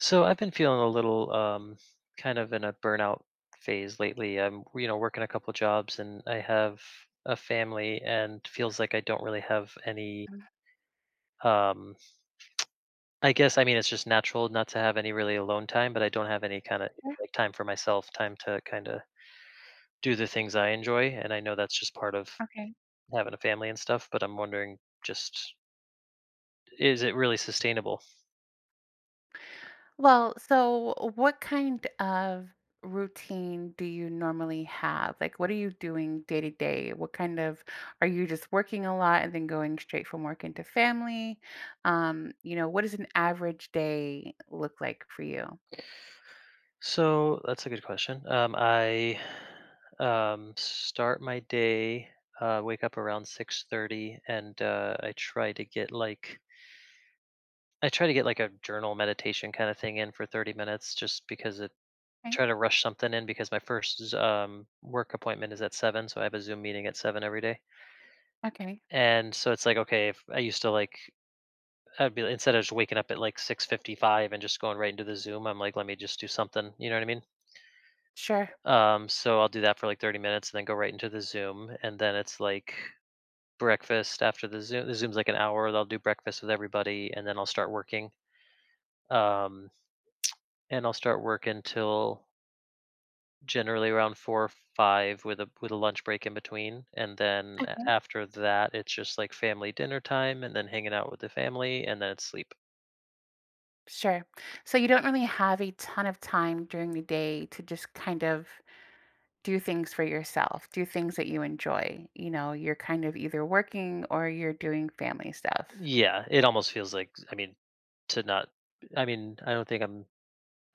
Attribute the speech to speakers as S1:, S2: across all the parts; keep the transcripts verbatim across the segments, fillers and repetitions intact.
S1: So I've been feeling a little um, kind of in a burnout phase lately. I'm, you know, working a couple jobs and I have a family and feels like I don't really have any
S2: Okay.
S1: um I guess I mean it's just natural not to have any really alone time, but I don't have any kind of like time for myself, time to kind of do the things I enjoy and I know that's just part of
S2: Okay.
S1: having a family and stuff, but I'm wondering just is it really sustainable?
S2: Well, so what kind of routine do you normally have? Like, what are you doing day to day? What kind of, are you just working a lot and then going straight from work into family? Um, you know, what does an average day look like for you?
S1: So that's a good question. Um, I um, start my day, uh, wake up around six thirty, and uh, I try to get like I try to get like a journal meditation kind of thing in for thirty minutes, just because it
S2: Okay.
S1: try to rush something in because my first z- um, work appointment is at seven, so I have a Zoom meeting at seven every day,
S2: Okay.
S1: and so it's like okay, if I used to like. I'd be instead of just waking up at like six fifty-five and just going right into the Zoom. I'm like, let me just do something. You know what I mean?
S2: Sure.
S1: Um, so I'll do that for like thirty minutes and then go right into the Zoom. And then it's like breakfast after the Zoom. The Zoom's like an hour. I'll do breakfast with everybody and then I'll start working. Um, and I'll start work until generally around four or five with a with a lunch break in between. And then a-
S2: Okay.
S1: after that it's just like family dinner time and then hanging out with the family and then it's sleep.
S2: Sure. So you don't really have a ton of time during the day to just kind of do things for yourself, do things that you enjoy. You know, you're kind of either working or you're doing family stuff.
S1: Yeah, it almost feels like I mean to not I mean, I don't think I'm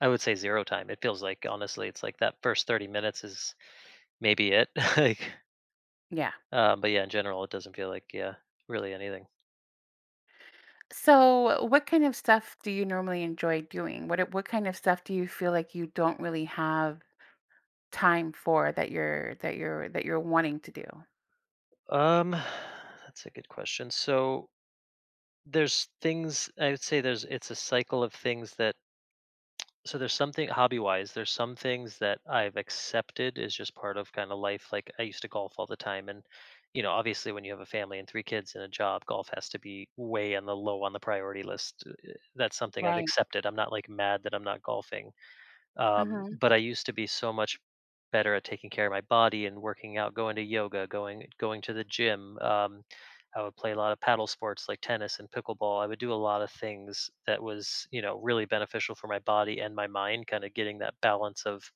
S1: I would say zero time. It feels like honestly it's like that first thirty minutes is maybe it. like,
S2: Yeah.
S1: um, but yeah, in general, it doesn't feel like yeah, really anything.
S2: So, what kind of stuff do you normally enjoy doing? What what kind of stuff do you feel like you don't really have time for that you're that you're that you're wanting to do?
S1: Um, that's a good question. So there's things I would say there's it's a cycle of things that so there's something hobby wise there's some things that I've accepted is just part of kind of life. Like I used to golf all the time, and you know obviously when you have a family and three kids and a job, golf has to be way on the low on the priority list. Uh, That's something I've
S2: Right.
S1: accepted. I'm not like mad that I'm not golfing. Um,
S2: Hmm.
S1: but I used to be so much better at taking care of my body and working out, going to yoga, going going to the gym. Um, I would play a lot of paddle sports like tennis and pickleball. I would do a lot of things that was, you know, really beneficial for my body and my mind, kind of getting that balance of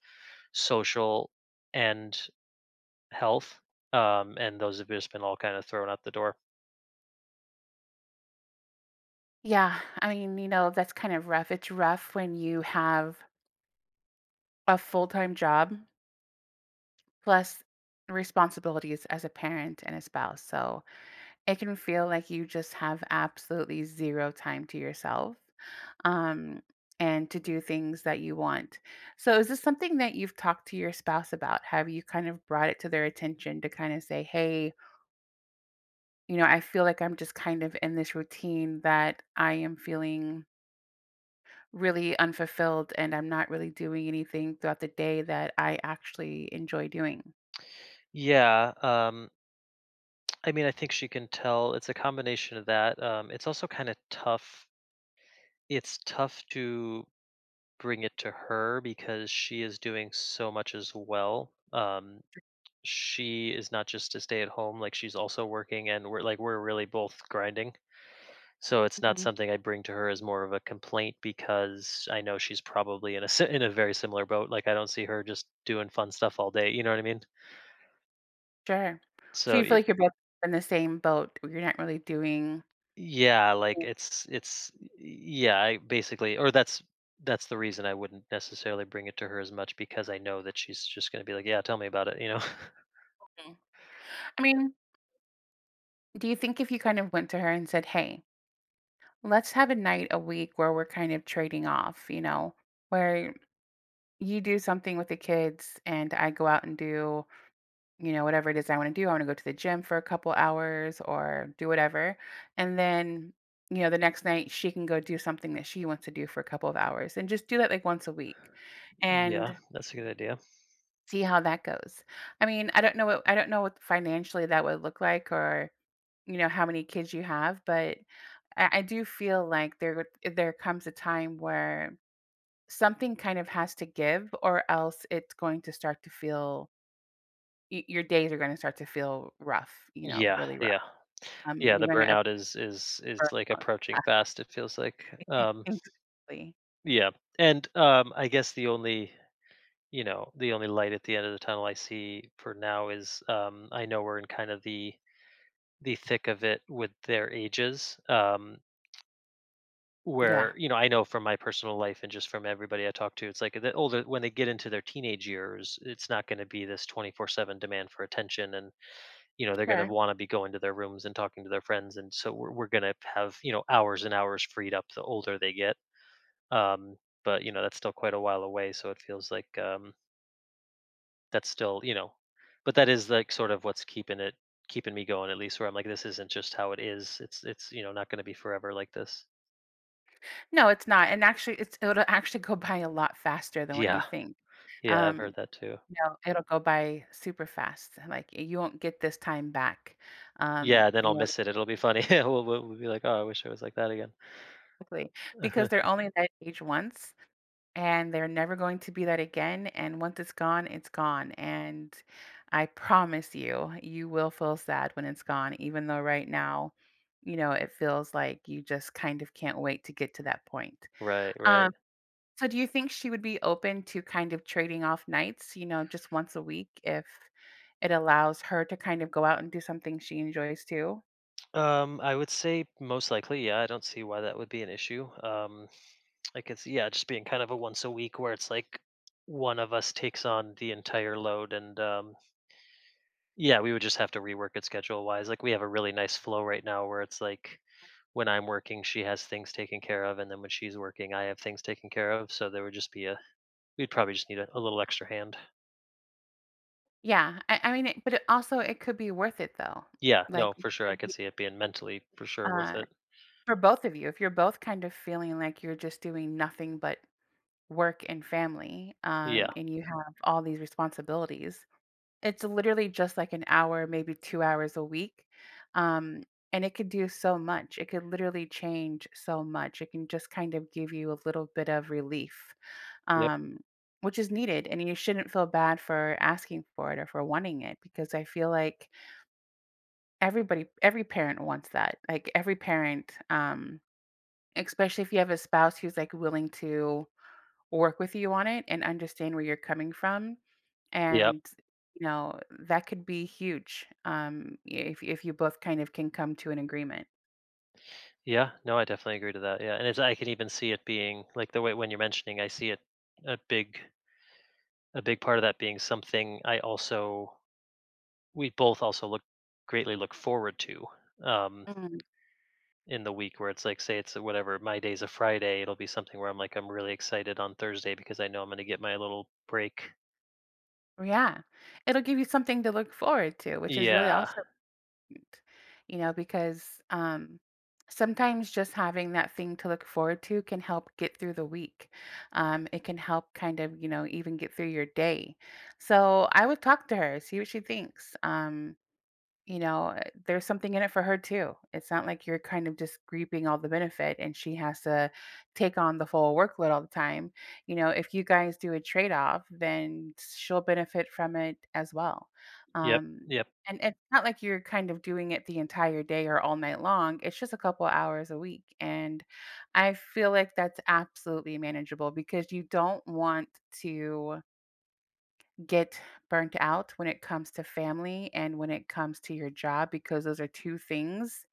S1: social and health. Um, and those have just been all kind of thrown out the door.
S2: Yeah. I mean, you know, that's kind of rough. It's rough when you have a full time job plus responsibilities as a parent and a spouse. So it can feel like you just have absolutely zero time to yourself, um, and to do things that you want. So, is this something that you've talked to your spouse about? Have you kind of brought it to their attention to kind of say, hey, you know, I feel like I'm just kind of in this routine that I am feeling really unfulfilled and I'm not really doing anything throughout the day that I actually enjoy doing?
S1: Yeah, um, I mean, I think she can tell. It's a combination of that. Um, it's also kind of tough. It's tough to bring it to her because she is doing so much as well. Um, she is not just to stay at home, like she's also working and we're like we're really both grinding. So it's not
S2: Mhm.
S1: something I bring to her as more of a complaint because I know she's probably in a si- in a very similar boat. Like I don't see her just doing fun stuff all day, you know what I mean?
S2: Sure. So,
S1: So
S2: you
S1: y-
S2: feel like you're both in the same boat, where You're not really doing.
S1: yeah, like it's it's yeah, I basically or that's that's the reason I wouldn't necessarily bring it to her as much because I know that she's just going to be like, "Yeah, tell me about it," you know.
S2: Mhm. I mean, do you think if you kind of went to her and said, "Hey, let's have a night a week where we're kind of trading off, you know, where you do something with the kids and I go out and do, you know, whatever it is I want to do. I want to go to the gym for a couple hours or do whatever." And then, you know, the next night she can go do something that she wants to do for a couple of hours and just do that like once a week
S1: Yeah,
S2: and
S1: that's a good idea.
S2: see how that goes. I mean, I don't know what I don't know what financially that would look like, or, you know, how many kids you have, but I, I do feel like there there comes a time where something kind of has to give, or else it's going to start to feel, y- your days are going to start to feel rough. You know,
S1: Yeah,
S2: really rough.
S1: yeah.
S2: Um,
S1: Yeah,
S2: you're
S1: the
S2: going to
S1: burnout is is is
S2: burn
S1: like
S2: out.
S1: approaching
S2: Yeah,
S1: fast, it feels like. Um
S2: exactly.
S1: yeah. And um I guess the only you know, the only light at the end of the tunnel I see for now is um I know we're in kind of the the thick of it with their ages. Um where,
S2: Yeah,
S1: you know, I know from my personal life and just from everybody I talk to, it's like the older when they get into their teenage years, it's not gonna be this twenty four seven demand for attention and you know, they're going to
S2: sure.
S1: want to be going to their rooms and talking to their friends, and so we're we're going to have you know hours and hours freed up the older they get. Um, but you know, that's still quite a while away, so it feels like um, that's still you know, but that is like sort of what's keeping it keeping me going at least where I'm like, this isn't just how it is. It's it's you know not going to be forever like this.
S2: No, it's not. And actually, it's it'll actually go by a lot faster than what
S1: Yeah,
S2: you think.
S1: yeah, I've heard
S2: Um,
S1: that too.
S2: you know, it'll go by super fast. Like you won't get this time back. Um,
S1: Yeah, then I'll
S2: you know,
S1: miss it. It'll be funny. we'll, we'll, we'll be like, oh, I wish I was like that again.
S2: quickly, because they're only that age once and they're never going to be that again. And once it's gone, it's gone. And I promise you, you will feel sad when it's gone, even though right now, you know, it feels like you just kind of can't wait to get to that point.
S1: right, right.
S2: Um, so do you think she would be open to kind of trading off nights, you know, just once a week if it allows her to kind of go out and do something she enjoys too?
S1: Um, I would say most likely, yeah. I don't see why that would be an issue. Um, I could see, yeah, just being kind of a once a week where it's like one of us takes on the entire load, and um, yeah, we would just have to rework it schedule wise. Like we have a really nice flow right now where it's like when I'm working, she has things taken care of, and then when she's working, I have things taken care of. So there would just be a, we'd probably just need a, a little extra hand.
S2: Yeah. I, I mean, it, but it also, it could be worth it though.
S1: Yeah,
S2: Like,
S1: no,
S2: it
S1: for sure, I
S2: could
S1: could
S2: be,
S1: see it being mentally for sure worth
S2: uh,
S1: it.
S2: for both of you, if you're both kind of feeling like you're just doing nothing but work and family,
S1: Yeah.
S2: um, and you have all these responsibilities, it's literally just like an hour, maybe two hours a week, um, and it could do so much. It could literally change so much. It can just kind of give you a little bit of relief,
S1: Yep.
S2: um, which is needed, and you shouldn't feel bad for asking for it or for wanting it, because I feel like everybody every parent wants that. Like, every parent, um, especially if you have a spouse who's, like, willing to work with you on it and understand where you're coming from,
S1: Yep.
S2: and, you know, that could be huge, um, if if you both kind of can come to an agreement.
S1: Yeah, no, I definitely agree to that. Yeah, and it's I can even see it being like the way when you're mentioning, I see it a big a big part of that being something I also we both also look greatly look forward to um
S2: Mm,
S1: in the week where it's like say it's a whatever my day's a Friday, it'll be something where I'm like I'm really excited on Thursday because I know I'm going to get my little break.
S2: yeah. It'll give you something to look forward to, which is really
S1: Yeah.
S2: awesome. Important, you know, because um, sometimes just having that thing to look forward to can help get through the week. Um, it can help kind of, you know, even get through your day. So I would talk to her, see what she thinks. Um, you know, uh, there's, something in it for her too. It's not like you're kind of just reaping all the benefit and she has to take on the full workload all the time. You know, if you guys do a trade off, then she'll benefit from it as well.
S1: Yep.
S2: Um,
S1: Yep.
S2: and it's not like you're kind of doing it the entire day or all night long. It's just a couple hours a week. And I feel like that's absolutely manageable because you don't want to get burnt out when it comes to family and when it comes to your job because those are two things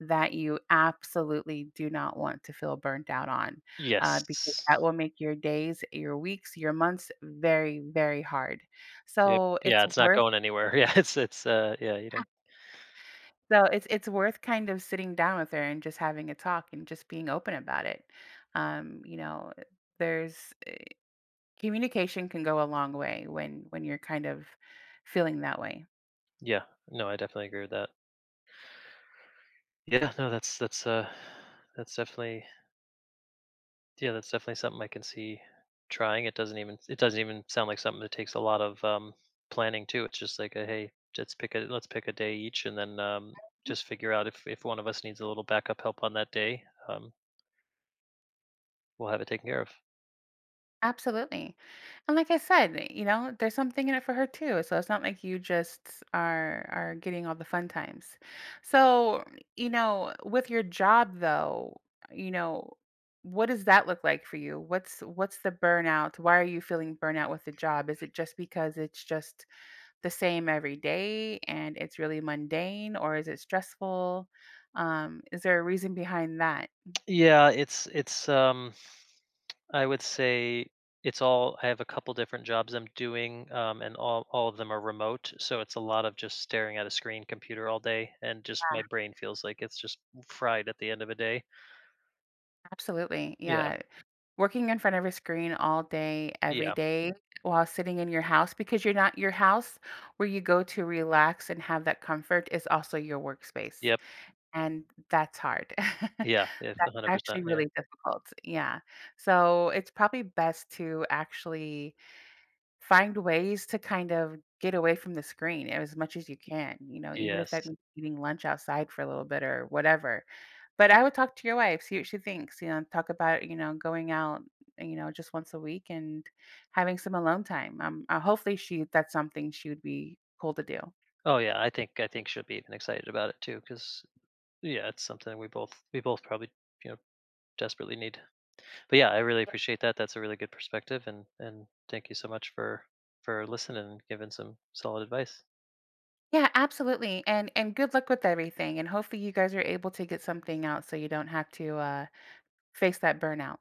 S2: that you absolutely do not want to feel burnt out on uh, because
S1: Yes.
S2: that will make your days, your weeks, your months very, very hard.
S1: Yep.
S2: So
S1: Yeah,
S2: it's
S1: it's not
S2: worth
S1: going anywhere. Yeah, it's it's uh yeah, you don't.
S2: so it's it's worth kind of sitting down with her and just having a talk and just being open about it. Um, you know, there's communication can go a long way when when you're kind of feeling that way.
S1: Yeah. No, I definitely agree with that. Yeah, no, that's that's uh that's definitely yeah, that's definitely something I can see trying. It doesn't even it doesn't even sound like something that takes a lot of um planning too. It's just like a hey, let's pick a let's pick a day each and then um just figure out if if one of us needs a little backup help on that day, um we'll have it taken care of.
S2: Absolutely. And like I said, eh, you know, there's something in it for her too. So it's not like you just are are getting all the fun times. So, you know, with your job though, you know, what does that look like for you? What's what's the burnout? Why are you feeling burnout with the job? Is it just because it's just the same every day and it's really mundane, or is it stressful? Um, is there a reason behind that?
S1: Yeah, it's it's um I would say it's all I have a couple different jobs I'm doing, um, and all all of them are remote, so it's a lot of just staring at a screen computer all day, and just my
S2: Yeah,
S1: brain feels like it's just fried at the end of a day.
S2: absolutely.
S1: Yeah,
S2: Yeah. Working in front of a screen all day, every
S1: yeah,
S2: day, while sitting in your house, because you're not your house where you go to relax and have that comfort is also your workspace,
S1: yep,
S2: and that's hard.
S1: yeah, yeah,
S2: That's
S1: one hundred percent,
S2: actually
S1: yeah,
S2: really difficult, yeah. So, it's probably best to actually find ways to kind of get away from the screen as much as you can, you know, even if that
S1: yes.
S2: means eating lunch outside for a little bit or whatever. But I would talk to your wife, see what she thinks, you know, talk about, you know, going out, you know, just once a week and having some alone time. Um, uh, hopefully she that's something she would be cool to do.
S1: Oh yeah, I think I think she'll be even excited about it too, because yeah, it's something we both we both probably you know desperately need. But yeah, I really appreciate that. That's a really good perspective, and and thank you so much for for listening and giving some solid advice.
S2: Yeah, absolutely. And and good luck with everything. And hopefully you guys are able to get something out so you don't have to uh face that burnout.